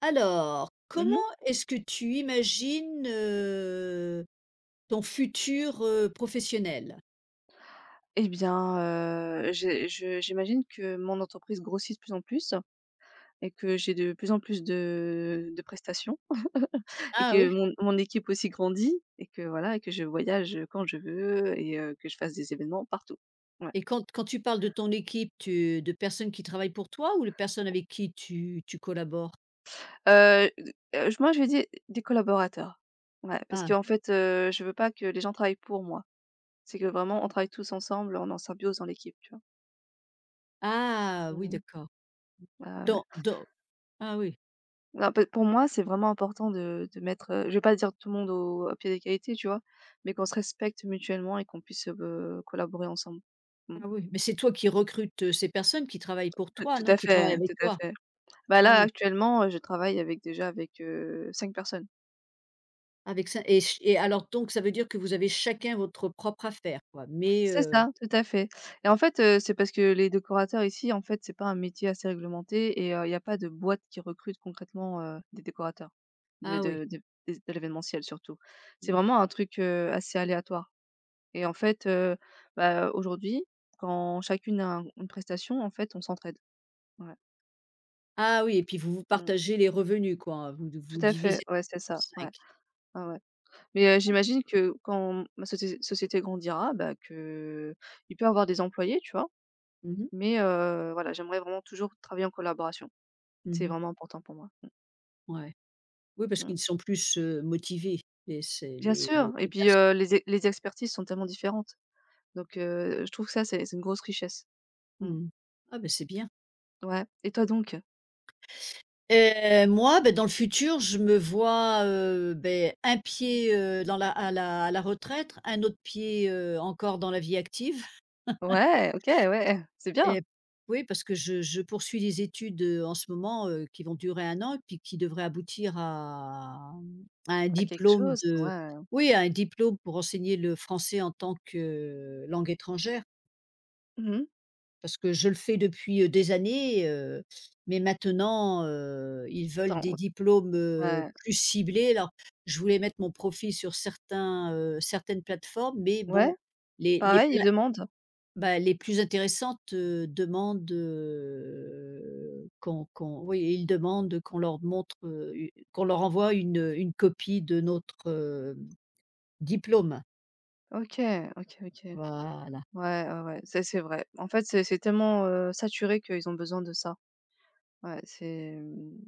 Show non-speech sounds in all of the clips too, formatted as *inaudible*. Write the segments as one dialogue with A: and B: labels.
A: Alors, comment
B: Mmh.
A: est-ce que tu imagines, ton futur, professionnel?
B: Eh bien, j'imagine que mon entreprise grossit de plus en plus et que j'ai de plus en plus de prestations et
A: Ah
B: que
A: oui.
B: mon équipe aussi grandit et que voilà et que je voyage, quand je veux et que je fasse des événements partout. Ouais.
A: Et quand tu parles de ton équipe, tu de personnes qui travaillent pour toi ou de personnes avec qui tu collabores?
B: D moi je vais dire des collaborateurs. Ouais, parce
A: Ah,
B: qu'en fait, je veux pas que les gens travaillent pour moi. C'est que vraiment on travaille tous ensemble, on est en symbiose dans l'équipe, tu vois?
A: ah
B: Mmh
A: oui,
B: mh.
A: d'accord.
B: Ouais, ouais, ouais.
A: Dans ah oui,
B: Non, peut pour moi, c'est vraiment important de mettre, je vais pas dire tout le monde au à pied d'égalité, tu vois? Mais qu'on se respecte mutuellement et qu'on puisse, collaborer ensemble. Mmh.
A: ah oui, mais c'est toi qui recrutes, ces personnes qui travaillent pour
B: Tout
A: toi,
B: tout
A: non?
B: à
A: Qui travaillent
B: fait,
A: avec
B: tout à
A: toi?
B: fait. Bah,
A: Ah
B: là,
A: oui,
B: actuellement, je travaille avec déjà avec, 5 personnes.
A: avec ça et ch et alors donc ça veut dire que vous avez chacun votre propre affaire quoi, mais
B: C'est ça, tout à fait et en fait, c'est parce que les décorateurs ici, en fait, c'est pas un métier assez réglementé et il y a pas de boîte qui recrute concrètement, des décorateurs de
A: ah oui.
B: de de de l'événementiel surtout. C'est vraiment un truc, assez aléatoire. Et en fait, bah, aujourd'hui, quand chacune a un une prestation, en fait, on s'entraide. Ouais.
A: Ah oui, et puis vous vous
B: Mmh.
A: partagez les revenus quoi, vous
B: Tout
A: vous
B: à fait,
A: divisez
B: ouais, c'est
A: en
B: ça,
A: cinq.
B: ouais. Ouais, ouais. Mais j'imagine que quand ma société grandira, bah, que il peut avoir des employés, tu vois?
A: Mmh mh.
B: Mais voilà, j'aimerais vraiment toujours travailler en collaboration. C'est
A: Mmh.
B: vraiment important pour moi. Mmh,
A: Ouais. Oui, parce
B: mmh.
A: qu'ils sont plus, motivés et c'est
B: Bien
A: les les
B: sûr et
A: les
B: puis,
A: personnes
B: les expertises sont tellement différentes. Donc je trouve que ça, c'est une grosse richesse. Mmh.
A: mmh. Ah ben c'est bien.
B: Ouais et toi donc?
A: Moi, ben dans le futur, je me vois, beh, un pied, dans la à la à la retraite, un autre pied, encore dans la vie active.
B: Ouais, OK, ouais, c'est bien!
A: Et oui, parce que je poursuis des études, en ce moment, qui vont durer un an et puis qui devraient aboutir à, mmh, à un
B: À quelque
A: diplôme
B: chose,
A: de
B: ouais.
A: oui, à un diplôme pour enseigner le français en tant que langue étrangère.
B: Mmh mh.
A: Parce que je le fais depuis, des années, mais maintenant, ils veulent des
B: Attends,
A: diplômes,
B: ouais,
A: plus ciblés. Alors, je voulais mettre mon profil sur certains, certaines plateformes, mais
B: ouais?
A: bon, les
B: Pareil, ils demandent?
A: bah, les plus intéressantes, demandent, qu'on qu'on oui, ils demandent qu'on leur montre, u qu'on leur envoie une copie de notre, diplôme.
B: OK, OK, OK.
A: Voilà.
B: Ouais, ouais, ouais, ça c'est vrai. En fait, c'est tellement, saturé qu'ils ont besoin de ça. Ouais, c'est, mmh,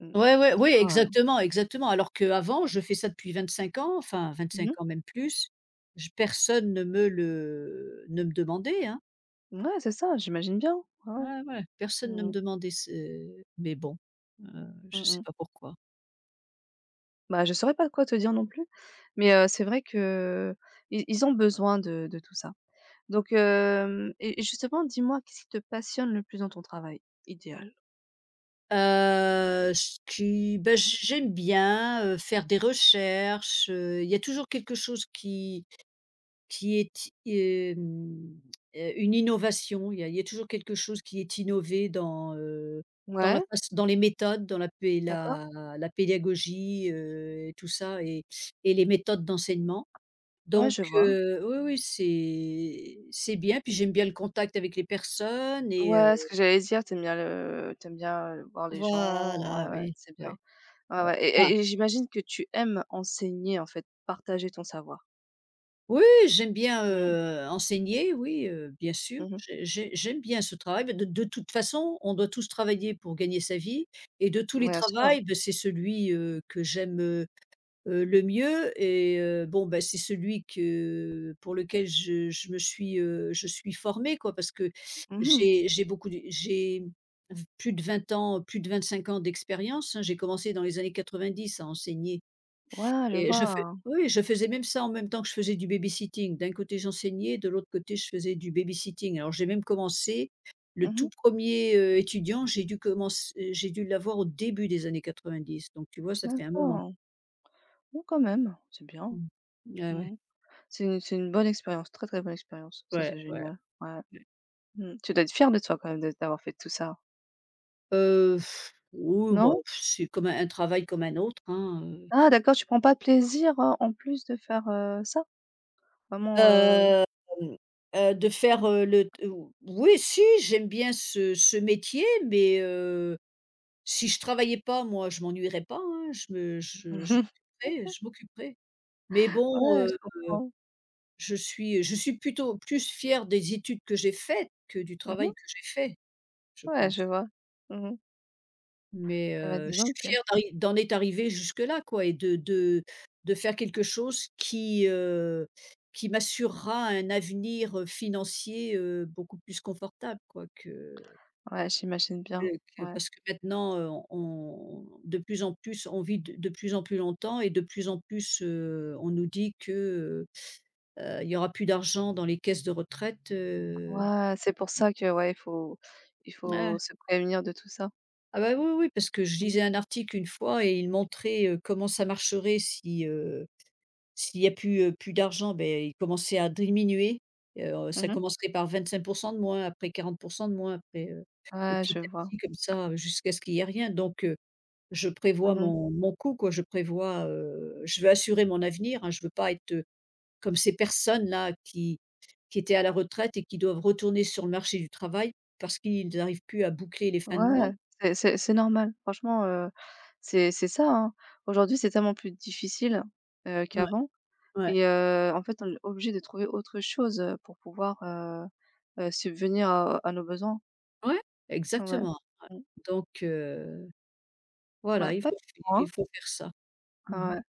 B: mmh, mmh.
A: Ouais, ouais,
B: En
A: oui,
B: soi,
A: exactement, exactement. Alors qu'avant, je fais ça depuis 25 ans, enfin
B: mmh
A: vingt-cinq
B: mh.
A: ans, même plus, j personne ne me le ne me demandait, hein.
B: Ouais, c'est ça, j'imagine bien. Ouais, ouais.
A: Ouais, ouais, personne ne
B: Mmh
A: me
B: mh.
A: demandait ce mais bon, heu, je
B: Mmh
A: sais
B: mh.
A: pas pourquoi.
B: Bah, je saurais pas quoi te dire non plus, mais c'est vrai qu'ils ils ont besoin de tout ça. Donc hem et justement, dis-moi, qu'est-ce qui te passionne le plus dans ton travail idéal?
A: Ce qui bah, j'aime bien, faire des recherches, il y a toujours quelque chose qui est i hem, une innovation. Il y a toujours quelque chose qui est innové dans, dans la
B: Ouais,
A: faç dans les méthodes, dans la pé
B: d'accord.
A: la la pédagogie, et tout ça et les méthodes d'enseignement.
B: Ouais,
A: Donc
B: je vois.
A: oui, oui, c'est bien, puis j'aime bien le contact avec les personnes et heu.
B: Ouais, ce que j'allais dire, t'aimes bien, voir les gens, ouais,
A: Voilà,
B: ouais,
A: oui,
B: c'est
A: oui,
B: bien. Ouais,
A: ouais.
B: ouais
A: Ah.
B: et j'imagine que tu aimes enseigner, en fait, partager ton savoir.
A: Oui, j'aime bien,
B: Mmh.
A: enseigner, oui, bien sûr.
B: Mmh.
A: J'ai j'aime bien ce travail, mais de toute façon, on doit tous travailler pour gagner sa vie et de tous les
B: Bien sûr.
A: travails, beh, c'est celui, que j'aime, le mieux et bon, bah, c'est celui que pour lequel je me suis, je suis formée, quoi. Parce que
B: Mmh.
A: j'ai beaucoup de j'ai plus de 20 ans, plus de 25 ans d'expérience, hein. J'ai commencé dans les années 90 à enseigner.
B: Ouais, je
A: Et je fais
B: vois.
A: oui, je faisais même ça en même temps que je faisais du babysitting. D'un côté, j'enseignais, de l'autre côté, je faisais du babysitting. Alors j'ai même commencé le
B: Mmh.
A: tout premier er étudiant, j'ai dû commence j'ai dû l'avoir au début des années 90. Donc tu vois, ça fait un moment.
B: D'accord. Bon, quand même, c'est bien.
A: Mmh. Ouais, ouais.
B: Mmh. C'est une bonne expérience, très, très bonne expérience. Ça,
A: Ouais,
B: c'est
A: ouais,
B: génial. Ouais.
A: ouais.
B: Mmh. Tu dois être fier de toi quand même de d'avoir fait tout ça,
A: Heu, oui, bah,
B: non?
A: c'est comme un travail comme un autre, hein,
B: Ah d'accord, tu prends pas de plaisir, en plus de faire, ça? Vraiment,
A: Hem, de faire, le t oui, si, j'aime bien ce métier, mais si je travaillais pas, moi, je m'ennuierais pas, hein, je me je
B: *laughs*
A: m'occuperais je m'occuperais. Mais bon,
B: ouais, je comprends.
A: je suis plutôt plus fière des études que j'ai faites que du
B: Mmh.
A: travail que j'ai fait, je
B: Ouais, je
A: pense.
B: vois. Mmh.
A: Mais,
B: Eh bah, dis
A: je suis
B: donc.
A: fière d'arri d'en être arrivée jusque-là, quoi et de faire quelque chose qui m'assurera un avenir, financier, beaucoup plus confortable, quoi, que
B: Ouais, j'imagine
A: Que
B: bien.
A: que
B: Ouais.
A: parce que maintenant, on de plus en plus on vit de plus en plus longtemps et de plus en plus, on nous dit que, il y aura plus d'argent dans les caisses de retraite,
B: Ouais, c'est pour ça que ouais, il faut
A: ah,
B: se prévenir de tout ça.
A: ah bah, oui, oui, parce que je
B: Mmh.
A: lisais un article une fois et il montrait, comment ça marcherait si, s'il y a plus, plus d'argent, ben il commençait à diminuer, ça
B: Mmh.
A: commencerait par 25 de moins, après 40 de moins, après, et
B: Ouais,
A: petit
B: je
A: à
B: vois.
A: petit comme ça jusqu'à ce qu'il y ait rien donc je prévois
B: Mmh.
A: mon mon coup, quoi, je prévois, je veux assurer mon avenir, hein. Je veux pas être, comme ces personnes-là qui étaient à la retraite et qui doivent retourner sur le marché du travail parce qu'ils arrivent plus à boucler les fins de mois.
B: Ouais, c'est normal. Franchement, c'est ça, hein. Aujourd'hui, c'est tellement plus difficile,
A: Ouais,
B: qu'avant
A: ouais.
B: et en fait, on est obligé de trouver autre chose, pour pouvoir, subvenir à nos besoins.
A: Ouais,
B: Ouais.
A: exactement, ouais.
B: Mmh.
A: Donc
B: Ouais,
A: voilà,
B: pas évident, hein.
A: il faut faire ça. Mmh.
B: Ouais.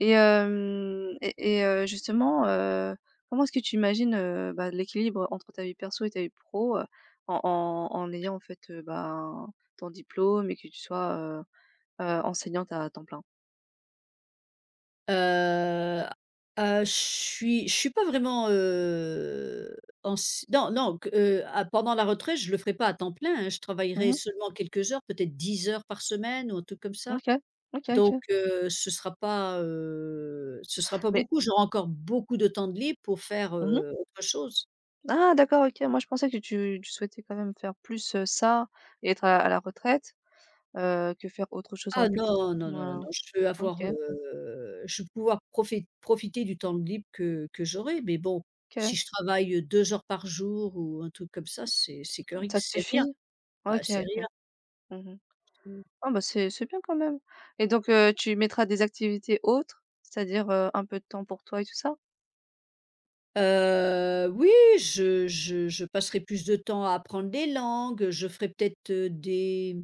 B: Et hem et justement, comment est-ce que tu imagines, bah, l'équilibre entre ta vie perso et ta vie pro, en ayant en fait, ben, ton diplôme et que tu sois, enseignante à temps plein?
A: Heu, je suis pas vraiment, anci non, non, q ah, pendant la retraite, je le ferai pas à temps plein, hein. Je travaillerai
B: Mmh.
A: seulement quelques heures, peut-être 10 heures par semaine ou un truc comme ça.
B: OK. OK,
A: Donc,
B: OK.
A: ce sera pas
B: Mais,
A: beaucoup. J'aurai encore beaucoup de temps de libre pour faire,
B: mmh.
A: autre chose.
B: Ah d'accord, OK. Moi je pensais que tu souhaitais quand même faire plus, ça et être à la retraite, que faire autre chose en
A: Ah
B: plus.
A: non, non, non,
B: Mouais.
A: non, non, je veux
B: OK.
A: avoir, je veux pouvoir profit profiter du temps libre que j'aurai, mais bon,
B: OK.
A: si je travaille, 2 heures par jour ou un truc comme ça, c'est que ri
B: Ça te
A: c'est rien,
B: suffit?
A: bah,
B: OK,
A: c'est
B: OK.
A: rien.
B: Mmh.
A: Mmh.
B: Ah bah, c'est bien quand même et donc tu mettras des activités autres, c'est-à-dire, un peu de temps pour toi et tout ça?
A: Oui, je passerai plus de temps à apprendre des langues, je ferai peut-être, des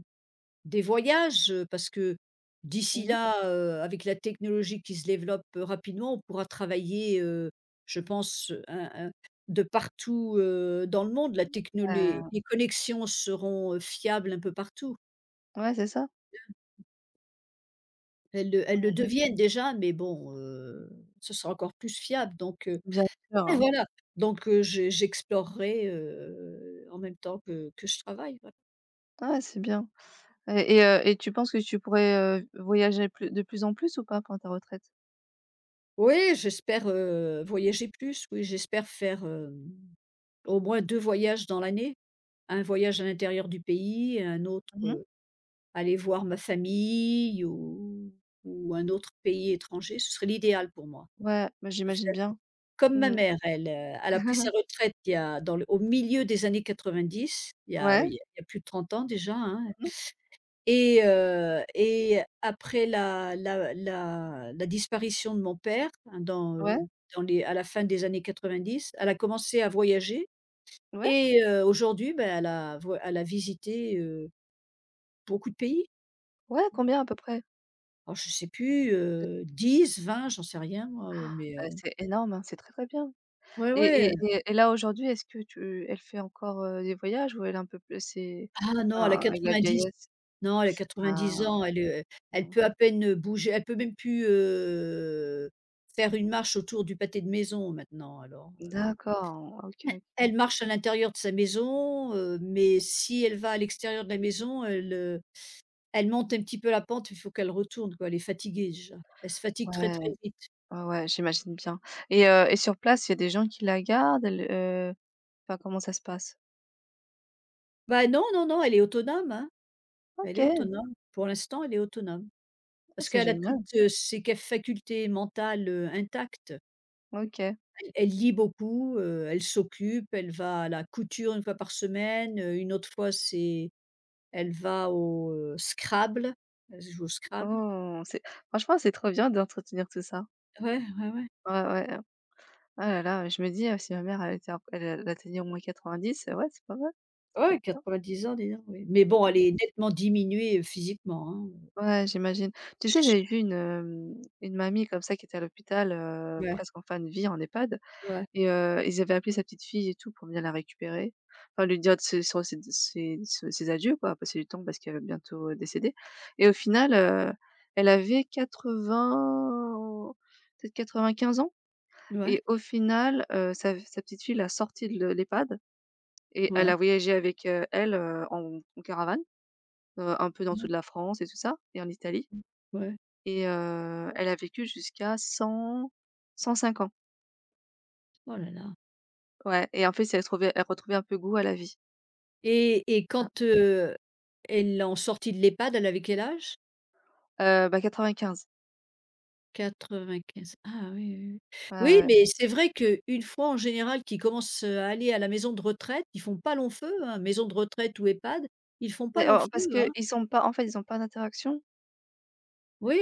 A: Des voyages, parce que d'ici
B: Mmh mh.
A: là, avec la technologie qui se développe, rapidement, on pourra travailler, je pense, un de partout, dans le monde. La techno les connexions seront, fiables un peu partout.
B: Ouais, c'est ça.
A: Elles le
B: Mmh.
A: deviennent déjà, mais bon, ce sera encore plus fiable donc
B: Bien sûr,
A: ouais,
B: hein.
A: voilà, donc je j'explorerai, en même temps que je travaille, voilà.
B: Ouais, c'est bien et tu penses que tu pourrais, voyager plus de plus en plus ou pas pendant ta retraite?
A: Oui, j'espère, voyager plus, oui, j'espère faire, hem au moins 2 voyages dans l'année. Un voyage à l'intérieur du pays et un autre,
B: Mmh.
A: aller voir ma famille ou un autre pays étranger. Ce serait l'idéal pour moi.
B: Ouais, bah,
A: De
B: j'imagine
A: faire
B: bien.
A: comme ma
B: Mmh.
A: mère, elle, elle a pris sa
B: *laughs*
A: retraite il y a dans le au milieu des années 90, il y a, il
B: Ouais.
A: y a il y a plus de 30 ans déjà, hein
B: Mmh.
A: et après la la la la disparition de mon père hein, dans,
B: Ouais,
A: dans les à la fin des années 90, elle a commencé à voyager.
B: ouais,
A: Et aujourd'hui, ben, elle a voi elle a visité, beaucoup de pays.
B: ouais, combien à peu près?
A: Alors je sais plus, 10-20, j'en sais rien moi, mais
B: C'est énorme, hein, c'est très, très bien
A: ouais,
B: et
A: ouais,
B: et et et là, aujourd'hui, est-ce que tu elle fait encore, des voyages ou elle est un peu plus c'est,
A: ah non, elle a
B: avec la
A: 90.
B: vieillesse?
A: Non, elle a
B: Ah.
A: 90 ans, elle, elle
B: Mmh.
A: peut à peine, bouger, elle peut même plus, faire une marche autour du pâté de maison maintenant alors,
B: D'accord, OK,
A: elle
B: OK.
A: marche à l'intérieur de sa maison, mais si elle va à l'extérieur de la maison, elle, elle monte un petit peu la pente, il faut qu'elle retourne quoi, elle est fatiguée déjà. Elle se fatigue très,
B: Ouais,
A: très vite.
B: ouais, ouais, j'imagine bien et sur place, il y a des gens qui la gardent? Elle, enfin, comment ça se passe?
A: Bah, non, non, non, elle est autonome, hein. Elle est
B: OK,
A: autonome. Pour l'instant, elle est autonome.
B: oh,
A: Parce
B: c'est
A: qu'elle a
B: génial.
A: toutes, ses ca facultés mentales, intactes.
B: OK.
A: Elle elle lit beaucoup, elle s'occupe, elle va à la couture une fois par semaine, une autre fois c'est elle va au, Scrabble, elle joue au Scrabble.
B: Oh, c'est franchement, c'est trop bien d'entretenir tout ça.
A: Ouais, ouais, ouais.
B: Ouais, ouais, ah là là, je me dis, si ma mère elle était un elle atteignait au moins 90, ouais, c'est pas mal. Ça peut
A: Ouais,
B: être bien.
A: 90 ans, dis donc, oui. Mais bon,
B: Mmh
A: elle
B: mh.
A: est nettement diminuée, physiquement, hein,
B: Ouais, j'imagine. Tu sais, j'avais vu une mamie comme ça qui était à l'hôpital,
A: Ouais,
B: presque en fin de vie en EHPAD.
A: ouais,
B: Et ils avaient appelé sa petite fille et tout pour venir la récupérer. Enfin lui dire de ses son ses ses ses ses adieux quoi, passer du temps parce qu'elle va bientôt, décéder et au final, elle avait 80, peut-être 95 ans,
A: ouais,
B: et au final, sa petite fille l'a sortie de l'EHPAD et elle
A: ouais,
B: a voyagé avec, elle, en caravane, un peu dans
A: ouais,
B: toute la France et tout ça et en Italie
A: ouais, ouais.
B: et elle a vécu jusqu'à 100-105 ans.
A: Oh là là.
B: Ouais et en fait, si elle trouvait elle retrouvait un peu goût à la vie.
A: Et quand, elle l'a en sortie de l'EHPAD, elle avait quel âge?
B: Bah, 95.
A: 95. Ah oui, oui,
B: Ouais, ouais,
A: oui. Oui,
B: ouais.
A: mais c'est vrai qu'une fois en général qu'ils commencent, à aller à la maison de retraite, ils font pas long feu, hein, maison de retraite ou EHPAD, ils font pas
B: Beh,
A: long
B: en
A: feu,
B: parce
A: hein.
B: qu'ils ont pas, en fait, ils ont pas d'interaction.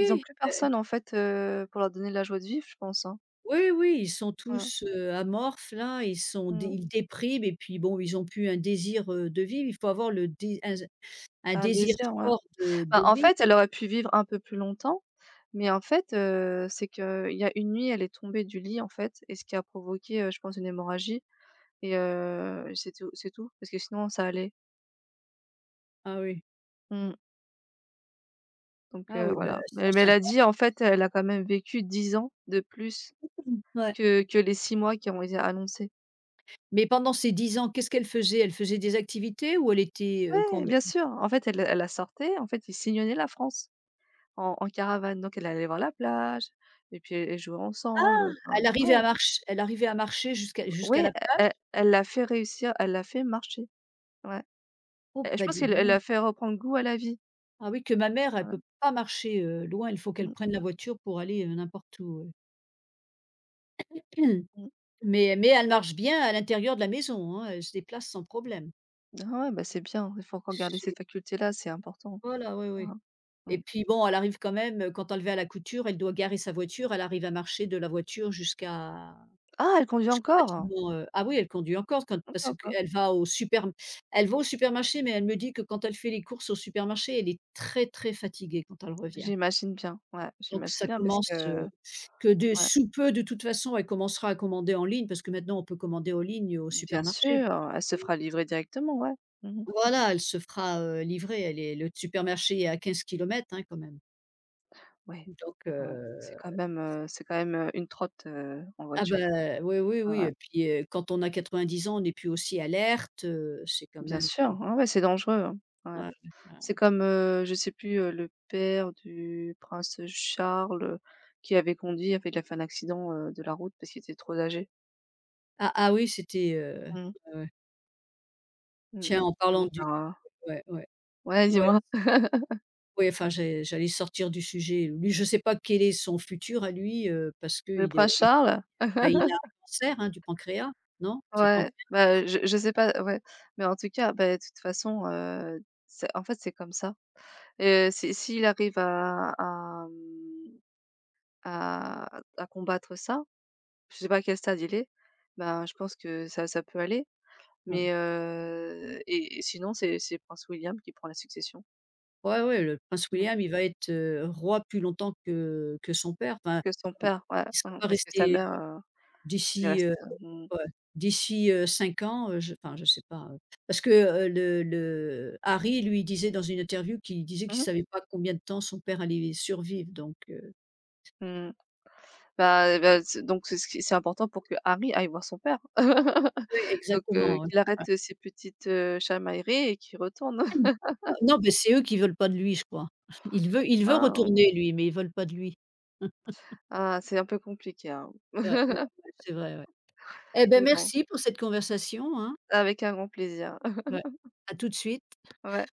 B: Ils ont plus
A: euh,
B: personne, en fait, pour leur donner de la joie de vivre, je pense, hein.
A: oui, oui, ils sont
B: Mmh.
A: tous, amorphes là, ils sont dé
B: Mmh.
A: ils dépriment et puis bon, ils ont plus un désir, de vivre. Il faut avoir le dé un
B: Un
A: désir
B: désir, ouais.
A: fort
B: Bah,
A: de
B: en
A: vivre.
B: fait, elle aurait pu vivre un peu plus longtemps, mais en fait, c'est qu'il y a une nuit, elle est tombée du lit, en fait, et ce qui a provoqué, je pense une hémorragie et c'est tout, parce que sinon ça allait.
A: Ah oui,
B: Mmh. Donc
A: ah oui, ben,
B: voilà.
A: Cent
B: Mais elle a
A: cinquante.
B: dit, en fait, elle a quand même vécu 10 ans de plus
A: Ouais.
B: que les 6 mois qui ont été annoncés.
A: Mais pendant ces 10 ans, qu'est-ce qu'elle faisait? Elle faisait des activités ou elle était,
B: Ouais,
A: qu'on
B: bien sûr. En fait, elle la sortait, en fait, ils sillonnaient la France en caravane. Donc elle allait voir la plage et puis elle jouaient
A: ah!
B: ensemble, enfin,
A: Elle arrivait
B: ouais,
A: à marcher. Elle arrivait à marcher jusqu'à jusqu'à
B: ouais, e
A: la plage?
B: elle elle l'a fait réussir, elle l'a fait marcher, ouais.
A: Oh,
B: Et je
A: bah,
B: pense
A: dis
B: qu'elle elle
A: donc.
B: l'a fait reprendre goût à la vie.
A: Ah oui, que ma mère, elle
B: Ouais,
A: peut pas marcher, loin, il faut
B: mmh,
A: qu'elle prenne la voiture pour aller, n'importe où, ouais. *clears throat*
B: mmh.
A: Mais elle marche bien à l'intérieur de la maison, hein, elle se déplace sans problème.
B: Ah ouais, bah, c'est bien, il faut encore garder
A: C'est
B: cette faculté-là, c'est important.
A: voilà, oui, oui.
B: Mmh mh.
A: Et
B: Mmh.
A: puis bon, elle arrive quand même, quand elle va à la couture, elle doit garer sa voiture, elle arrive à marcher de la voiture jusqu'à
B: Ah, elle conduit
A: jusqu'au
B: encore?
A: bâtiment, ah oui, elle conduit encore quand parce
B: D'accord, d'accord.
A: qu'elle va au super elle va au supermarché, mais elle me dit que quand elle fait les courses au supermarché, elle est très, très fatiguée quand elle revient.
B: J'imagine bien, ouais,
A: Donc
B: j'imagine
A: ça
B: bien parce
A: commence,
B: que
A: que de
B: ouais,
A: sous peu, de toute façon, elle commencera à commander en ligne parce que maintenant on peut commander en ligne au
B: bien
A: supermarché.
B: sûr, elle se fera livrer directement, ouais. Mmh.
A: Voilà, elle se fera, livrer, elle est le supermarché est à 15 kilomètres hein, quand même.
B: Ouais,
A: Donc
B: ouais, c'est quand même, heu, c'est quand même, une trotte, en
A: ah
B: voiture.
A: bah, oui, oui,
B: Ouais,
A: oui
B: ouais,
A: et puis, quand on a 90 ans, on est plus aussi alerte, c'est quand
B: bien
A: même
B: sûr, ouais, ouais, c'est dangereux, hein. Ouais. Ouais.
A: ouais,
B: C'est
A: ouais.
B: comme, je sais plus, le père du prince Charles, qui avait conduit, en fait, il a fait un accident, de la route parce qu'il était trop âgé.
A: Ah ah oui, c'était,
B: Mmh.
A: ouais, ouais.
B: Mmh
A: Tiens,
B: mh.
A: en parlant
B: Donc
A: du ouais, ouais,
B: ouais,
A: ouais,
B: dis-moi?
A: ouais, enfin, j'ai j'allais sortir du sujet. Lui, je ne sais pas quel est son futur à lui, parce qu'il
B: Le
A: il, est
B: prince
A: il
B: Charles?
A: bah, il a
B: *laughs*
A: un cancer, hein, du pancréas, non? C'est le
B: Ouais,
A: pancréas?
B: bah, je sais pas, ouais, mais en tout cas, bah, de toute façon, c'est en fait, c'est comme ça et si s'il arrive à, mmh à combattre ça. Je sais pas à quel stade il est, ben, je pense que ça peut aller,
A: Ouais.
B: mais et sinon c'est prince William qui prend la succession.
A: Ouais, ouais, le prince
B: Mmh.
A: William, il va être, roi plus longtemps que son père. Enfin,
B: Que son
A: il ne
B: père, ouais,
A: sera
B: mmh,
A: pas
B: parce que sa
A: resté
B: mère, elle est
A: d'ici,
B: restée. Mmh.
A: ouais. D'ici, 5 ans, je enfin je sais pas, parce que, le Harry, lui, disait dans une interview qu'il disait qu'il
B: Mmh mh.
A: savait pas combien de temps son père allait survivre donc
B: Mmh. Bah, c'est donc c'est ce qui c'est important pour que Harry aille voir son père. *laughs*
A: oui,
B: Donc
A: exactement, ouais.
B: qu'il
A: Ouais.
B: arrête ses petites, chamailleries et qu'il retourne. *laughs*
A: Ah non, mais c'est eux qui veulent pas de lui, je crois. *laughs* Il veut
B: Waouh!
A: retourner lui, mais ils veulent pas de lui.
B: Ah, c'est un peu compliqué, hein,
A: Ouais, ouais, ouais, c'est vrai, ouais. Eh ben
B: mais bon,
A: merci pour cette conversation, hein.
B: avec un grand plaisir. *laughs*
A: Ouais. À tout de suite.
B: Ouais.